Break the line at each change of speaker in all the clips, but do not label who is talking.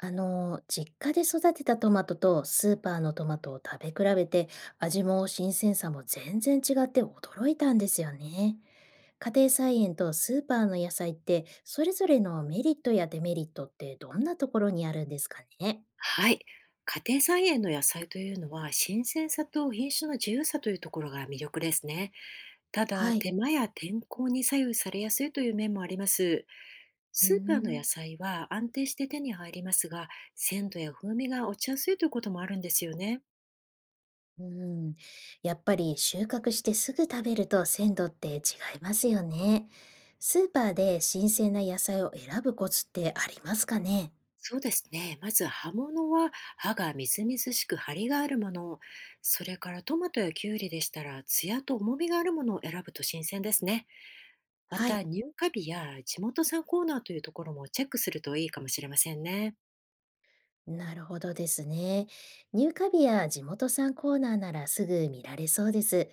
実家で育てたトマトとスーパーのトマトを食べ比べて、味も新鮮さも全然違って驚いたんですよね。家庭菜園とスーパーの野菜って、それぞれのメリットやデメリットってどんなところにあるんですかね？
はい。家庭菜園の野菜というのは、新鮮さと品種の自由さというところが魅力ですね。ただ、
はい。
手間や天候に左右されやすいという面もあります。
うー
スーパーの
ん、
野菜は安定して手に入りますが、鮮度や風味が落ちやすいということもあるんですよね。
うん。やっぱり収穫してすぐ食べると鮮度って違いますよね。スーパーで新鮮な野菜を選ぶコツってありますかね？
そうですね。まず葉物は葉がみずみずしく張りがあるもの、それからトマトやキュウリでしたら、艶と重みがあるものを選ぶと新鮮ですね。ま
は
た、
い。
入荷日や地元産コーナーというところもチェックするといいかもしれませんね。
なるほどですね。入荷日や地元産コーナーならすぐ見られそうです。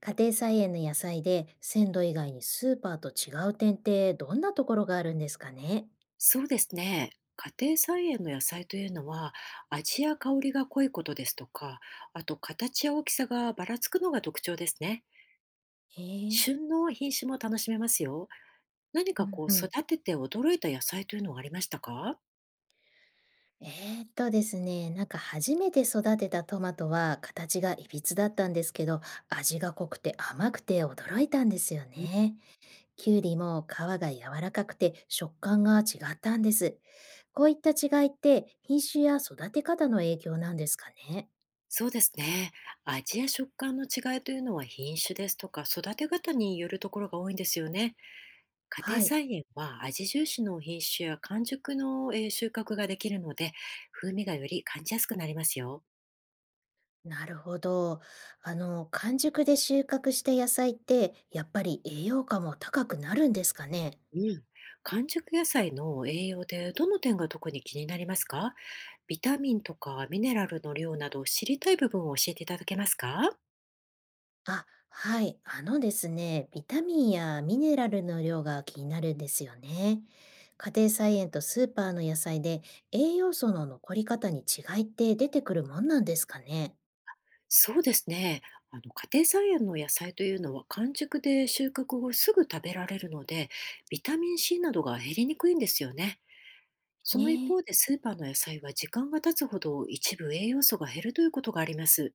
家庭菜園の野菜で鮮度以外にスーパーと違う点ってどんなところがあるんですかね？
そうですね。家庭菜園の野菜というのは、味や香りが濃いことですとか、あと形や大きさがばらつくのが特徴ですね。
ええ、
旬の品種も楽しめますよ。何
う
か
ん
こう
うん。
育てて驚いた野菜というのはありましたか？
ですね、なんか初めて育てたトマトは形がいびつだったんですけど、味が濃くて甘くて驚いたんですよ
うん。
ね。きゅうりも皮が柔らかくて食感が違ったんです。こういった違いって品種や育て方の影響なんですかね？
そうですね。味や食感の違いというのは品種ですとか育て方によるところが多いんですよね。家庭
はい。
菜園は味重視の品種や完熟の収穫ができるので、風味がより感じやすくなりますよ。
なるほど。完熟で収穫した野菜ってやっぱり栄養価も高くなるんですかね？
うん。完熟野菜の栄養でどの点が特に気になりますか？ビタミンとかミネラルの量など知りたい部分を教えていただけますか？
あ、はい。ですね、ビタミンやミネラルの量が気になるんですよね。家庭菜園とスーパーの野菜で栄養素の残り方に違いって出てくるもんなんですかね？
そうですね。家庭菜園の野菜というのは、完熟で収穫後すぐ食べられるので、ビタミン C などが減りにくいんですよね。そ
ね
の一方
え、
で、スーパーの野菜は時間が経つほど一部栄養素が減るということがあります。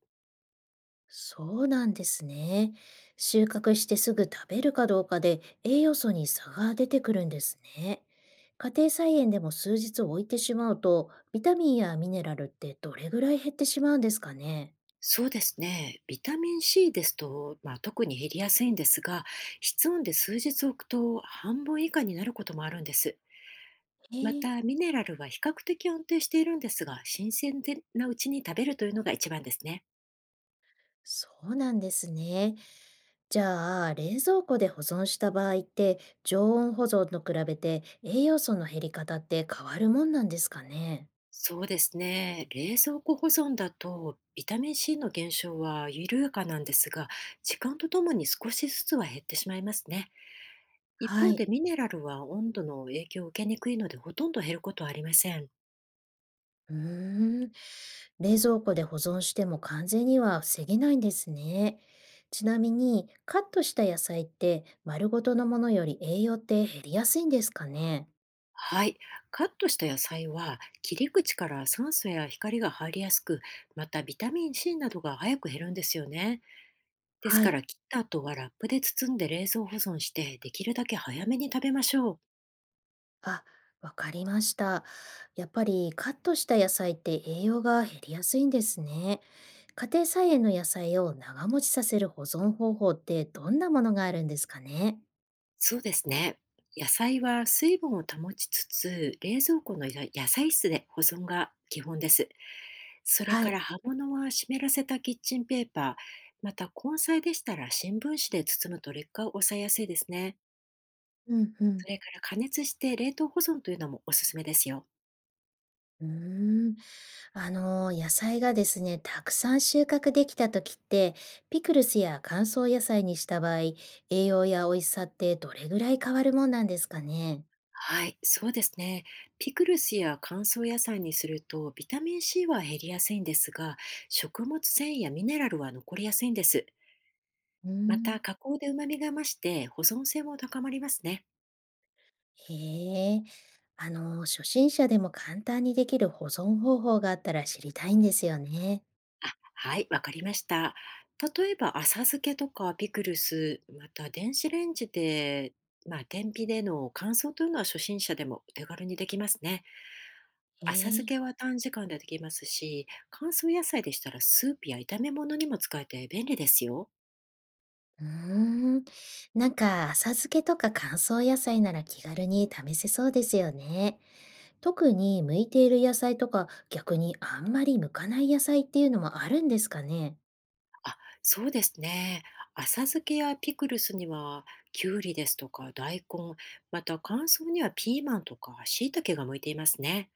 そうなんですね。収穫してすぐ食べるかどうかで栄養素に差が出てくるんですね。家庭菜園でも数日置いてしまうと、ビタミンやミネラルってどれぐらい減ってしまうんですかね。
そうですね。ビタミン C ですと、まあ、特に減りやすいんですが、室温で数日置くと半分以下になることもあるんです。
え
ま
ー、
た、ミネラルは比較的安定しているんですが、新鮮でなうちに食べるというのが一番ですね。
そうなんですね。じゃあ、冷蔵庫で保存した場合って、常温保存と比べて栄養素の減り方って変わるもんなんですかね。
そうですね。冷蔵庫保存だと、ビタミン C の減少は緩やかなんですが、時間とともに少しずつは減ってしまいますね。一
は
方
い。
で、ミネラルは温度の影響を受けにくいので、ほとんど減ることはありません。
うーん、冷蔵庫で保存しても完全には防げないんですね。ちなみに、カットした野菜って丸ごとのものより栄養って減りやすいんですかね？
はい。カットした野菜は切り口から酸素や光が入りやすく、またビタミン C などが早く減るんですよね。です
は
か
い。
ら、切った後はラップで包んで冷蔵保存して、できるだけ早めに食べましょう。
あ、わかりました。やっぱりカットした野菜って栄養が減りやすいんですね。家庭菜園の野菜を長持ちさせる保存方法ってどんなものがあるんですかね？
そうですね。野菜は水分を保ちつつ、冷蔵庫のや野菜室で保存が基本です。それ
は
か
い。
ら、葉物は湿らせたキッチンペーパー、また根菜でしたら新聞紙で包むと、劣化を抑えやすいですね。
うんうん。
それから、加熱して冷凍保存というのもおすすめですよ。
うーん。野菜がですね、たくさん収穫できた時って、ピクルスや乾燥野菜にした場合、栄養や美味しさってどれぐらい変わるもんなんですかね？
はい、そうですね。ピクルスや乾燥野菜にすると、ビタミン C は減りやすいんですが、食物繊維やミネラルは残りやすいんです。
うー
また、
ん、
加工で旨味が増して保存性も高まりますね。
へえ、初心者でも簡単にできる保存方法があったら知りたいんですよね。
あ、はい、わかりました。例えば、浅漬けとかピクルス、また電子レンジで、まあ、天日での乾燥というのは、初心者でもお手軽にできますね。
へえ
浅漬
ー、
けは短時間でできますし、乾燥野菜でしたらスープや炒め物にも使えて便利ですよ。
うーん、なんか浅漬けとか乾燥野菜なら気軽に試せそうですよね。特に向いている野菜とか、逆にあんまり向かない野菜っていうのもあるんですかね？
あ、そうですね。浅漬けやピクルスにはきゅうりですとか大根、また乾燥にはピーマンとか椎茸が向いていますね。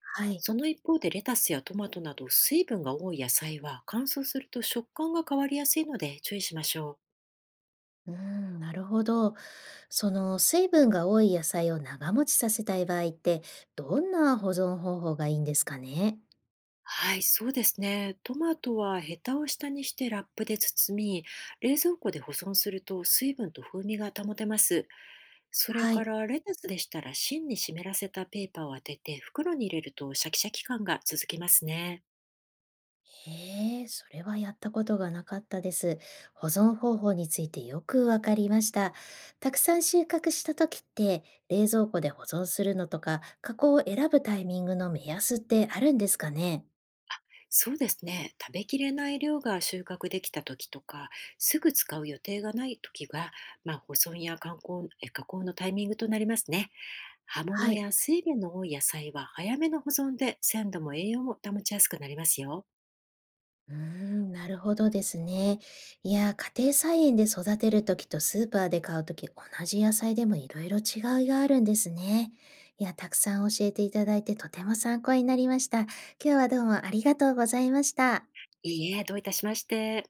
はい。
その一方で、レタスやトマトなど水分が多い野菜は乾燥すると食感が変わりやすいので、注意しましょう。
うん、なるほど。その水分が多い野菜を長持ちさせたい場合って、どんな保存方法がいいんですかね？
はい、そうですね。トマトはヘタを下にしてラップで包み、冷蔵庫で保存すると水分と風味が保てます。それ
は
か
い。
らレタスでしたら、芯に湿らせたペーパーを当てて袋に入れると、シャキシャキ感が続きますね。
へえ、それはやったことがなかったです。保存方法についてよくわかりました。たくさん収穫した時って、冷蔵庫で保存するのとか、加工を選ぶタイミングの目安ってあるんですかね？
そうですね。食べきれない量が収穫できた時とか、すぐ使う予定がない時が、まあ、保存や観光加工のタイミングとなりますね。葉
は
物
い。
や水分の多い野菜は、早めの保存で鮮度も栄養も保ちやすくなりますよ。
うーん、なるほどですね。いやー、家庭菜園で育てるときとスーパーで買うとき、同じ野菜でもいろいろ違いがあるんですね。いや、たくさん教えていただいてとても参考になりました。今日はどうもありがとうございました。
いいえ、どういたしまして。